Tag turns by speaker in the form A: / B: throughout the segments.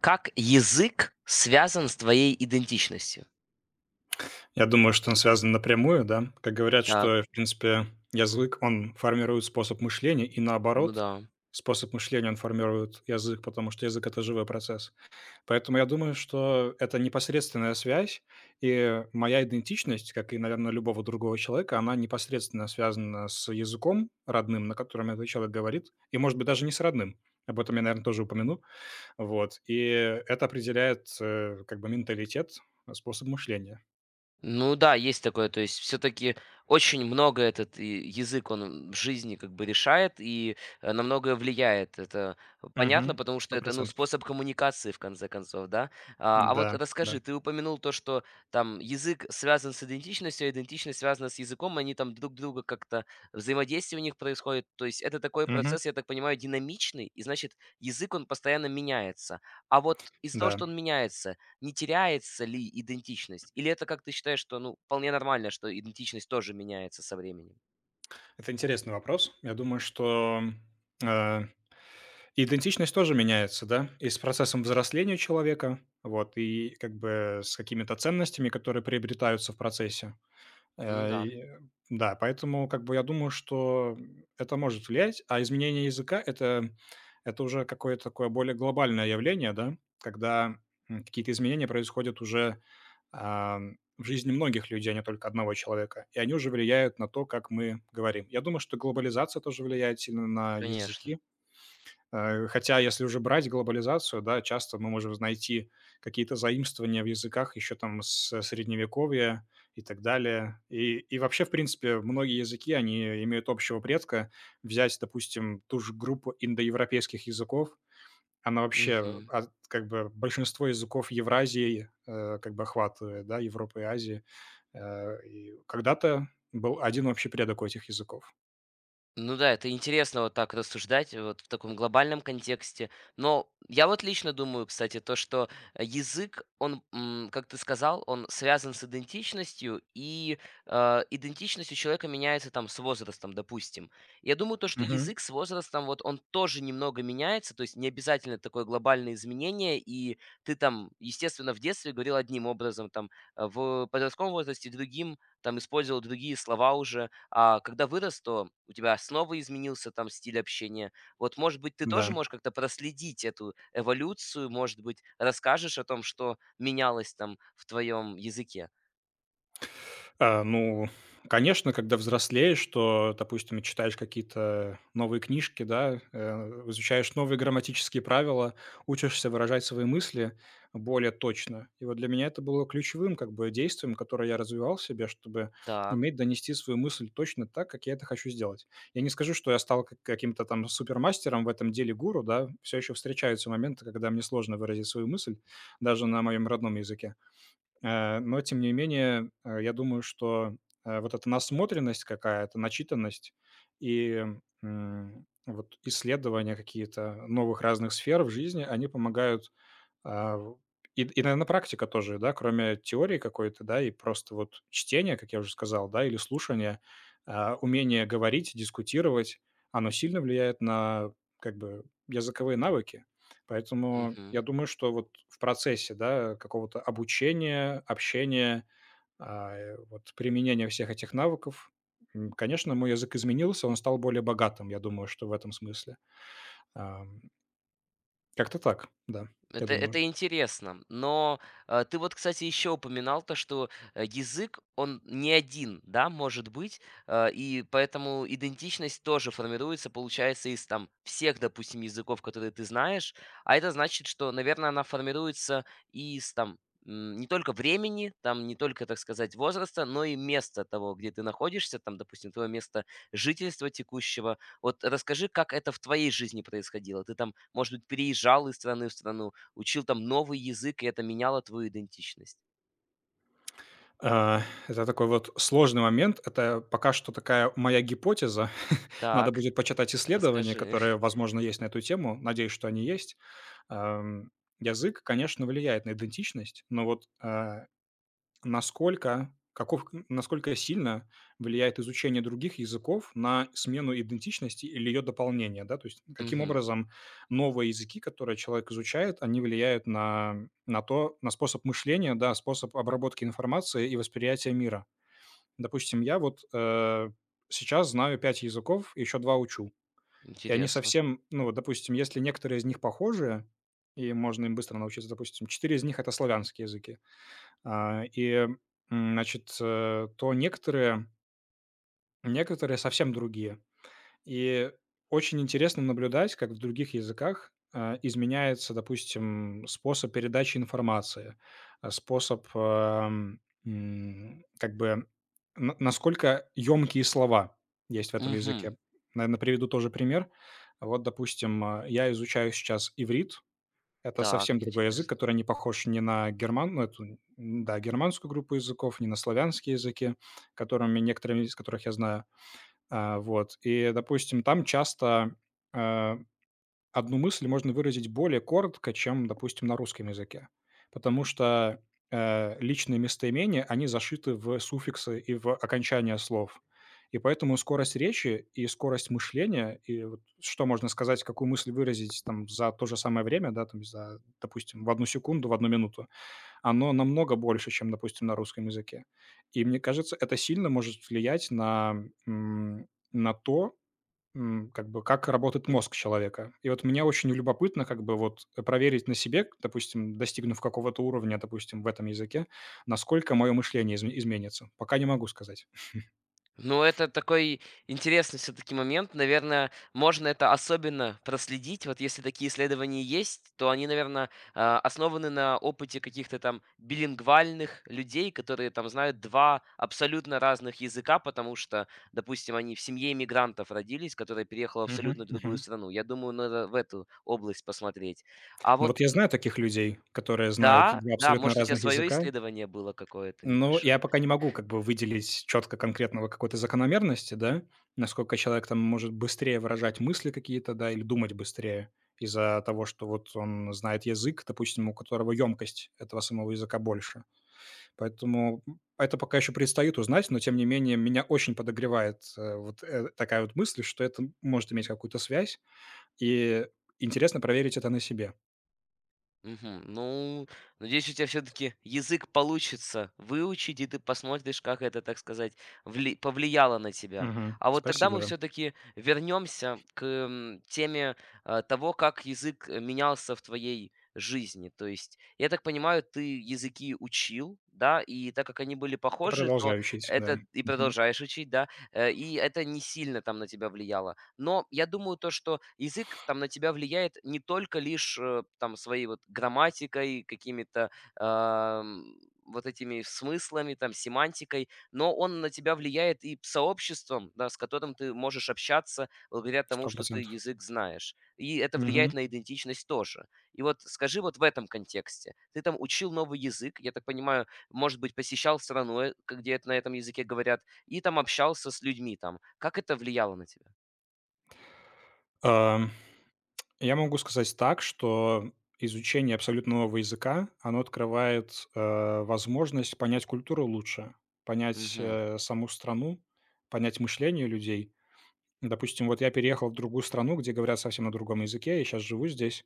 A: Как язык связан с твоей идентичностью?
B: Я думаю, что он связан напрямую, да. Как говорят,
A: Так,
B: что, в принципе, язык, он формирует способ мышления, и
A: ну
B: наоборот,
A: да.
B: способ мышления, он формирует язык, потому что язык– это живой процесс. Поэтому я думаю, что это непосредственная связь, и моя идентичность, как и, наверное, любого другого человека, она непосредственно связана с языком родным, на котором этот человек говорит, и, может быть, даже не с родным. Об этом я, наверное, тоже упомяну. Вот. И это определяет как бы менталитет, способ мышления.
A: Ну да, есть такое. То есть все-таки очень много этот и язык, он в жизни как бы решает и на многое влияет. Это понятно,
B: Мгм.
A: потому что
B: Сто
A: это ну,
B: процентов.
A: способ коммуникации, в конце концов, да? А вот
B: Да, да.
A: расскажи, ты упомянул то, что там язык связан с идентичностью, а идентичность связана с языком, они там друг друга как-то, взаимодействие у них происходит. То есть это такой
B: Мгм.
A: процесс, я так понимаю, динамичный, и значит язык, он постоянно меняется. А вот из-за того,
B: Да.
A: что он меняется, не теряется ли идентичность? Или это, как ты считаешь, что, ну, вполне нормально, что идентичность тоже меняется со временем?
B: Это интересный вопрос. Я думаю, что, э, идентичность тоже меняется, да, и с процессом взросления человека, вот, и как бы с какими-то ценностями, которые приобретаются в процессе.
A: Ну
B: Э,
A: да,
B: и, э, да, поэтому как бы я думаю, что это может влиять, а изменение языка- это уже какое-то такое более глобальное явление, да, когда, какие-то изменения происходят уже в жизни многих людей, а не только одного человека. И они уже влияют на то, как мы говорим. Я думаю, что глобализация тоже влияет сильно на
A: конечно.
B: языки. Хотя, если уже брать глобализацию, да, часто мы можем найти какие-то заимствования в языках еще там с средневековья и так далее. И вообще, в принципе, многие языки, они имеют общего предка. Взять, допустим, ту же группу индоевропейских языков, она вообще,
A: Мгм.
B: как бы большинство языков Евразии, как бы охватывает, да, Европы и Азии. И когда-то был один общий предок у этих языков.
A: Ну да, это интересно вот так рассуждать вот в таком глобальном контексте. Но я вот лично думаю, кстати, то, что язык, он, как ты сказал, он связан с идентичностью, и идентичность у человека меняется там с возрастом, допустим. Я думаю, то, что
B: Мгм.
A: язык с возрастом, вот он тоже немного меняется, то есть не обязательно такое глобальное изменение, и ты там, естественно, в детстве говорил одним образом, там, в подростковом возрасте другим, там, использовал другие слова уже, а когда вырос, то у тебя снова изменился там стиль общения. Вот, может быть, ты
B: Да.
A: тоже можешь как-то проследить эту эволюцию, может быть, расскажешь о том, что менялось там в твоем языке.
B: Ну, конечно, когда взрослеешь, что, допустим, читаешь какие-то новые книжки, да, изучаешь новые грамматические правила, учишься выражать свои мысли более точно. И вот для меня это было ключевым как бы действием, которое я развивал в себе, чтобы
A: Так.
B: уметь донести свою мысль точно так, как я это хочу сделать. Я не скажу, что я стал каким-то там супермастером в этом деле гуру, да, все еще встречаются моменты, когда мне сложно выразить свою мысль, даже на моем родном языке. Но тем не менее, я думаю, что, вот эта насмотренность какая-то, начитанность и, вот исследования какие-то новых разных сфер в жизни, они помогают, а, в наверно, практика тоже, да, кроме теории какой-то, да, и просто вот чтения, как я уже сказал, да, или слушания, умение говорить, дискутировать, оно сильно влияет на, как бы, языковые навыки. Поэтому
A: Мгм.
B: я думаю, что вот в процессе, да, какого-то обучения, общения, вот применения всех этих навыков, конечно, мой язык изменился, он стал более богатым, я думаю, что в этом смысле. Ам, как-то так, да, я
A: Это
B: думаю.
A: это интересно. Ты вот, кстати, еще упоминал то, что, язык, он не один, да, может быть, и поэтому идентичность тоже формируется, получается, из там всех, допустим, языков, которые ты знаешь. А это значит, что, наверное, она формируется из там, не только времени, там не только, так сказать, возраста, но и места того, где ты находишься, там, допустим, твое место жительства текущего. Вот расскажи, как это в твоей жизни происходило? Ты там, может быть, переезжал из страны в страну? Учил там новый язык, и это меняло твою идентичность.
B: А, это такой вот сложный момент. Это пока что такая моя гипотеза. Надо
A: Так,
B: будет почитать исследования,
A: расскажи.
B: которые, возможно, есть на эту тему. Надеюсь, что они есть. Ам, язык, конечно, влияет на идентичность, но вот, насколько, каков, насколько сильно влияет изучение других языков на смену идентичности или ее дополнение, да? То есть каким
A: Мгм.
B: образом новые языки, которые человек изучает, они влияют на то, на способ мышления, да, способ обработки информации и восприятия мира. Допустим, я вот сейчас знаю пять языков, еще два учу. И они
A: Интересно.
B: совсем, ну вот, допустим, если некоторые из них похожи, и можно им быстро научиться, допустим, четыре из них— это славянские языки, а, и, значит, то некоторые совсем другие. И очень интересно наблюдать, как в других языках, изменяется, допустим, способ передачи информации, способ, как бы на насколько ёмкие слова есть в этом
A: Мгм.
B: языке. Наверное, приведу тоже пример. Вот, допустим, я изучаю сейчас иврит. Это
A: Так,
B: совсем другой язык,
A: интересно.
B: который не похож ни на герман, ну, эту, да, германскую группу языков, ни на славянские языки, которыми некоторыми из которых я знаю. Вот. И, допустим, там часто, э одну мысль можно выразить более коротко, чем, допустим, на русском языке. Потому что, личные местоимения, они зашиты в суффиксы и в окончания слов. И поэтому скорость речи и скорость мышления, и вот что можно сказать, какую мысль выразить там за то же самое время, да, там за, допустим, в одну секунду, в одну минуту, оно намного больше, чем, допустим, на русском языке. И мне кажется, это сильно может влиять на то, как бы как работает мозг человека. И вот мне очень любопытно как бы вот проверить на себе, допустим, достигнув какого-то уровня, допустим, в этом языке, насколько мое мышление изменится. Пока не могу сказать.
A: Ну, это такой интересный все-таки момент. Наверное, можно это особенно проследить. Вот если такие исследования есть, то они, наверное, основаны на опыте каких-то там билингвальных людей, которые там знают два абсолютно разных языка, потому что, допустим, они в семье иммигрантов родились, которая переехала в
B: Мгм,
A: абсолютно другую
B: мгм.
A: страну. Я думаю, надо в эту область посмотреть. А
B: Но
A: вот
B: вот я знаю таких людей, которые знают
A: да,
B: два
A: да,
B: абсолютно
A: может, у тебя
B: разных
A: свое
B: языка.
A: исследование было какое-то
B: Ну, я
A: небольшое.
B: пока не могу как бы выделить четко конкретного какой-то закономерности, да, насколько человек там может быстрее выражать мысли какие-то, да, или думать быстрее из-за того, что вот он знает язык, допустим, у которого емкость этого самого языка больше. Поэтому это пока еще предстоит узнать, но тем не менее меня очень подогревает вот такая вот мысль, что это может иметь какую-то связь, и интересно проверить это на себе.
A: Мгм. Ну, надеюсь, у тебя все-таки язык получится выучить, и ты посмотришь, как это, так сказать, повлияло на тебя.
B: Мгм.
A: А вот тогда
B: Спасибо,
A: мы
B: да.
A: все-таки вернемся к теме того, как язык менялся в твоей жизни. То есть, я так понимаю, ты языки учил, да, и так как они были
B: И
A: похожи, то
B: продолжаю учить,
A: это
B: да.
A: и
B: Мгм.
A: продолжаешь учить, да, и это не сильно там на тебя влияло. Но я думаю то, что язык там на тебя влияет не только лишь там своей вот грамматикой, какими-то ам, вот этими смыслами, там, семантикой, но он на тебя влияет и сообществом, да, с которым ты можешь общаться благодаря тому,
B: Сто
A: что ты
B: процентов.
A: язык знаешь. И это
B: Мгм.
A: влияет на идентичность тоже. И вот скажи вот в этом контексте. Ты там учил новый язык, я так понимаю, может быть, посещал страну, где на этом языке говорят, и там общался с людьми там. Как это влияло на тебя?
B: Ам, Я могу сказать так, что изучение абсолютно нового языка, оно открывает, возможность понять культуру лучше, понять,
A: Мгм,
B: саму страну, понять мышление людей. Допустим, вот я переехал в другую страну, где говорят совсем на другом языке, я сейчас живу здесь,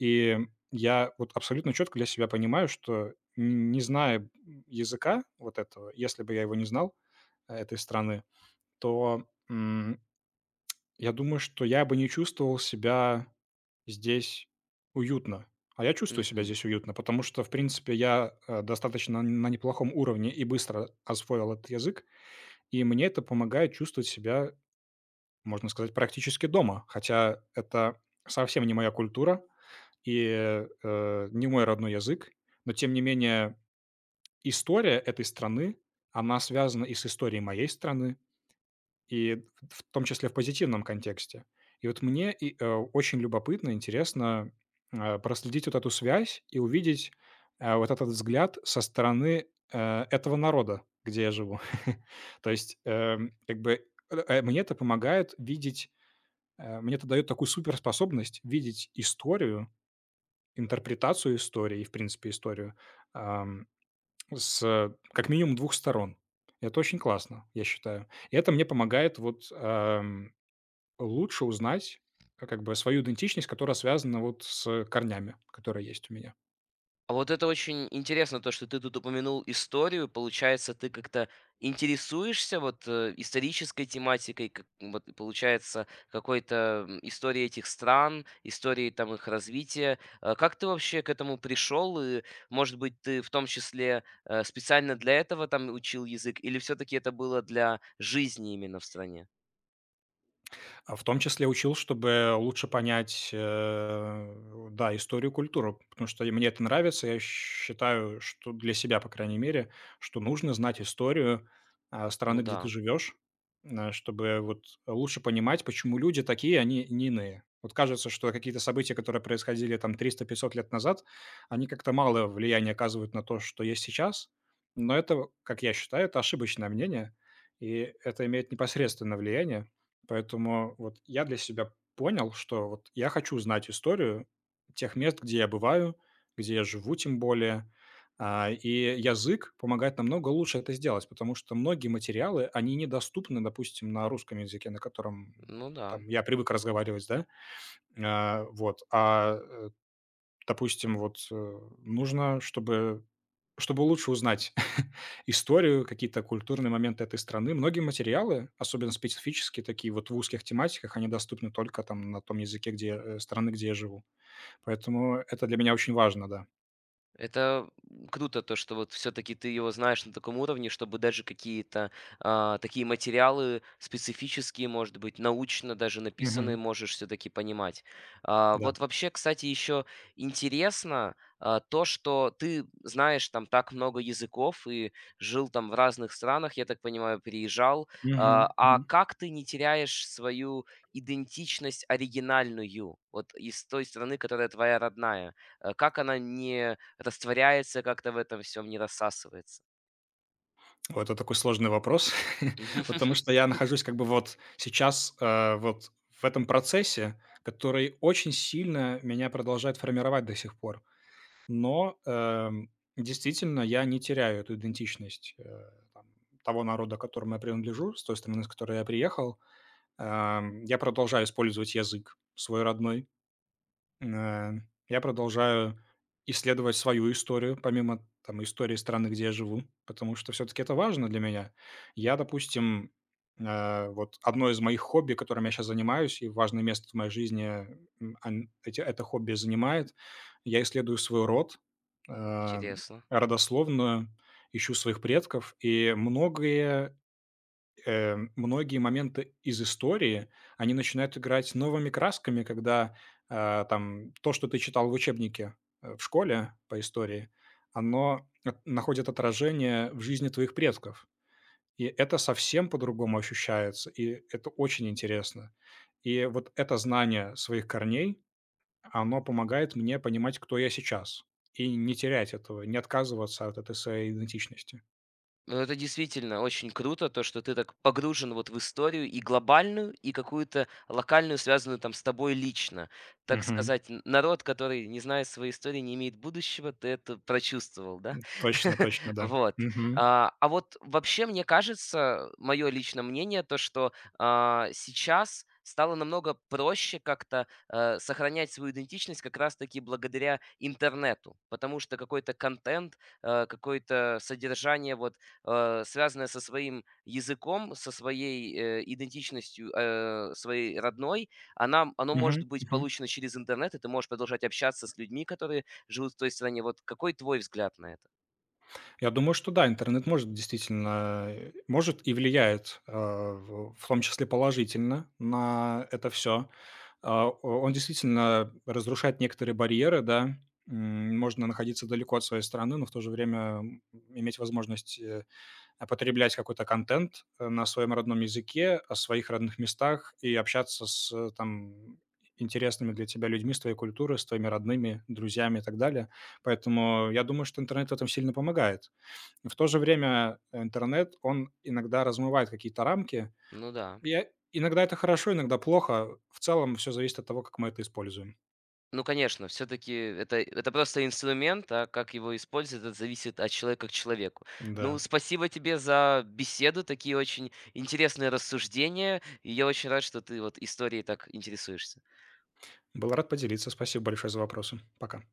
B: и я вот абсолютно четко для себя понимаю, что н не зная, языка вот этого, если бы я его не знал, этой страны, то, я думаю, что я бы не чувствовал себя здесь уютно. А я чувствую себя
A: мгм.
B: здесь уютно, потому что, в принципе, я, достаточно на неплохом уровне и быстро освоил этот язык, и мне это помогает чувствовать себя, можно сказать, практически дома. Хотя это совсем не моя культура и, не мой родной язык, но тем не менее история этой страны, она связана и с историей моей страны, и в том числе в позитивном контексте. И вот мне очень любопытно, интересно, проследить вот эту связь и увидеть, вот этот взгляд со стороны, этого народа, где я живу. То есть, как бы, мне это помогает видеть, мне это дает такую суперспособность видеть историю, интерпретацию истории и, в принципе, историю, ам, с как минимум двух сторон. Это очень классно, я считаю. И это мне помогает вот, эм, Лучше узнать, как бы свою идентичность, которая связана вот с корнями, которые есть у меня.
A: А вот это очень интересно, то, что ты тут упомянул историю. Получается, ты как-то интересуешься вот исторической тематикой, как, вот получается какой-то историей этих стран, историей там их развития. Как ты вообще к этому пришел? И, может быть, ты в том числе специально для этого там учил язык, или все-таки это было для жизни именно в стране?
B: А в том числе учил, чтобы лучше понять, да, историю, культуру, потому что и мне это нравится. Я считаю, что для себя, по крайней мере, что нужно знать историю,
A: Ну
B: страны, где ты
A: да,
B: живешь, чтобы вот лучше понимать, почему люди такие, они не иные. Вот кажется, что какие-то события, которые происходили там 300, 500 лет назад, они как-то мало влияния оказывают на то, что есть сейчас. Но это, как я считаю, это ошибочное мнение, и это имеет непосредственное влияние. Поэтому вот я для себя понял, что вот я хочу знать историю тех мест, где я бываю, где я живу тем более. И язык помогает намного лучше это сделать, потому что многие материалы, они недоступны, допустим, на русском языке, на котором
A: ну да.
B: там я привык разговаривать, да. А, вот, а э, Допустим, вот, нужно, чтобы лучше узнать историю, какие-то культурные моменты этой страны. Многие материалы, особенно специфические, такие вот в узких тематиках, они доступны только там на том языке, где, страны, где я живу. Поэтому это для меня очень важно, да.
A: Это круто, то, что вот все-таки ты его знаешь на таком уровне, чтобы даже какие-то такие материалы специфические, может быть, научно даже написанные,
B: Мгм.
A: можешь все-таки понимать. А,
B: Да.
A: вот вообще, кстати, еще интересно то, что ты знаешь там так много языков и жил там в разных странах, я так понимаю, переезжал.
B: Мгм.
A: А
B: Мгм.
A: как ты не теряешь свою идентичность оригинальную, вот из той страны, которая твоя родная? Как она не растворяется как-то в этом всем, не рассасывается.
B: О, это такой сложный вопрос, потому что я нахожусь как бы вот сейчас, вот в этом процессе, который очень сильно меня продолжает формировать до сих пор. Но, действительно, я не теряю эту идентичность, там, того народа, к которому я принадлежу, с той страны, с которой я приехал. Я продолжаю использовать язык свой родной. Э, я продолжаю исследовать свою историю, помимо там истории страны, где я живу, потому что все-таки это важно для меня. Я, допустим, вот одно из моих хобби, которым я сейчас занимаюсь, и важное место в моей жизни это хобби занимает, я исследую свой род, э,
A: Интересно.
B: родословную, ищу своих предков, и многие моменты из истории, они начинают играть новыми красками, когда, там то, что ты читал в учебнике, в школе по истории, оно от находит отражение в жизни твоих предков. И это совсем по-другому ощущается, и это очень интересно. И вот это знание своих корней, оно помогает мне понимать, кто я сейчас, и не терять этого, не отказываться от этой своей идентичности.
A: Ну, это действительно очень круто, то, что ты так погружен вот в историю и глобальную, и какую-то локальную, связанную там с тобой лично. Так
B: Мгм.
A: сказать, народ, который не знает своей истории, не имеет будущего, ты это прочувствовал, да?
B: Точно точно, да.
A: Вот.
B: Мгм.
A: А вот вообще, мне кажется, мое личное мнение, то, что сейчас стало намного проще как-то сохранять свою идентичность как раз-таки благодаря интернету, потому что какой-то контент, какое-то содержание вот связанная со своим языком, со своей, идентичностью, своей родной, она оно может
B: Мгм.
A: быть
B: Мгм.
A: получено через интернет, и ты можешь продолжать общаться с людьми, которые живут в той стране. Вот какой твой взгляд на это?
B: Я думаю, что да, интернет может действительно, может и влияет, в том числе положительно на это все. Он действительно разрушает некоторые барьеры, да. Можно находиться далеко от своей страны, но в то же время, иметь возможность, потреблять какой-то контент, на своем родном языке, о своих родных местах и общаться с, там, интересными для тебя людьми, с твоей культурой, с твоими родными, друзьями и так далее. Поэтому я думаю, что интернет в этом сильно помогает. В то же время интернет, он иногда размывает какие-то рамки.
A: Ну да.
B: Я Иногда это хорошо, иногда плохо. В целом все зависит от того, как мы это используем.
A: Ну, конечно, все таки это просто инструмент, а как его использовать, это зависит от человека к человеку. Ну,
B: Да.
A: спасибо тебе за беседу, такие очень интересные рассуждения, и я очень рад, что ты вот историей так интересуешься.
B: Был рад поделиться. Спасибо большое за вопросы. Пока.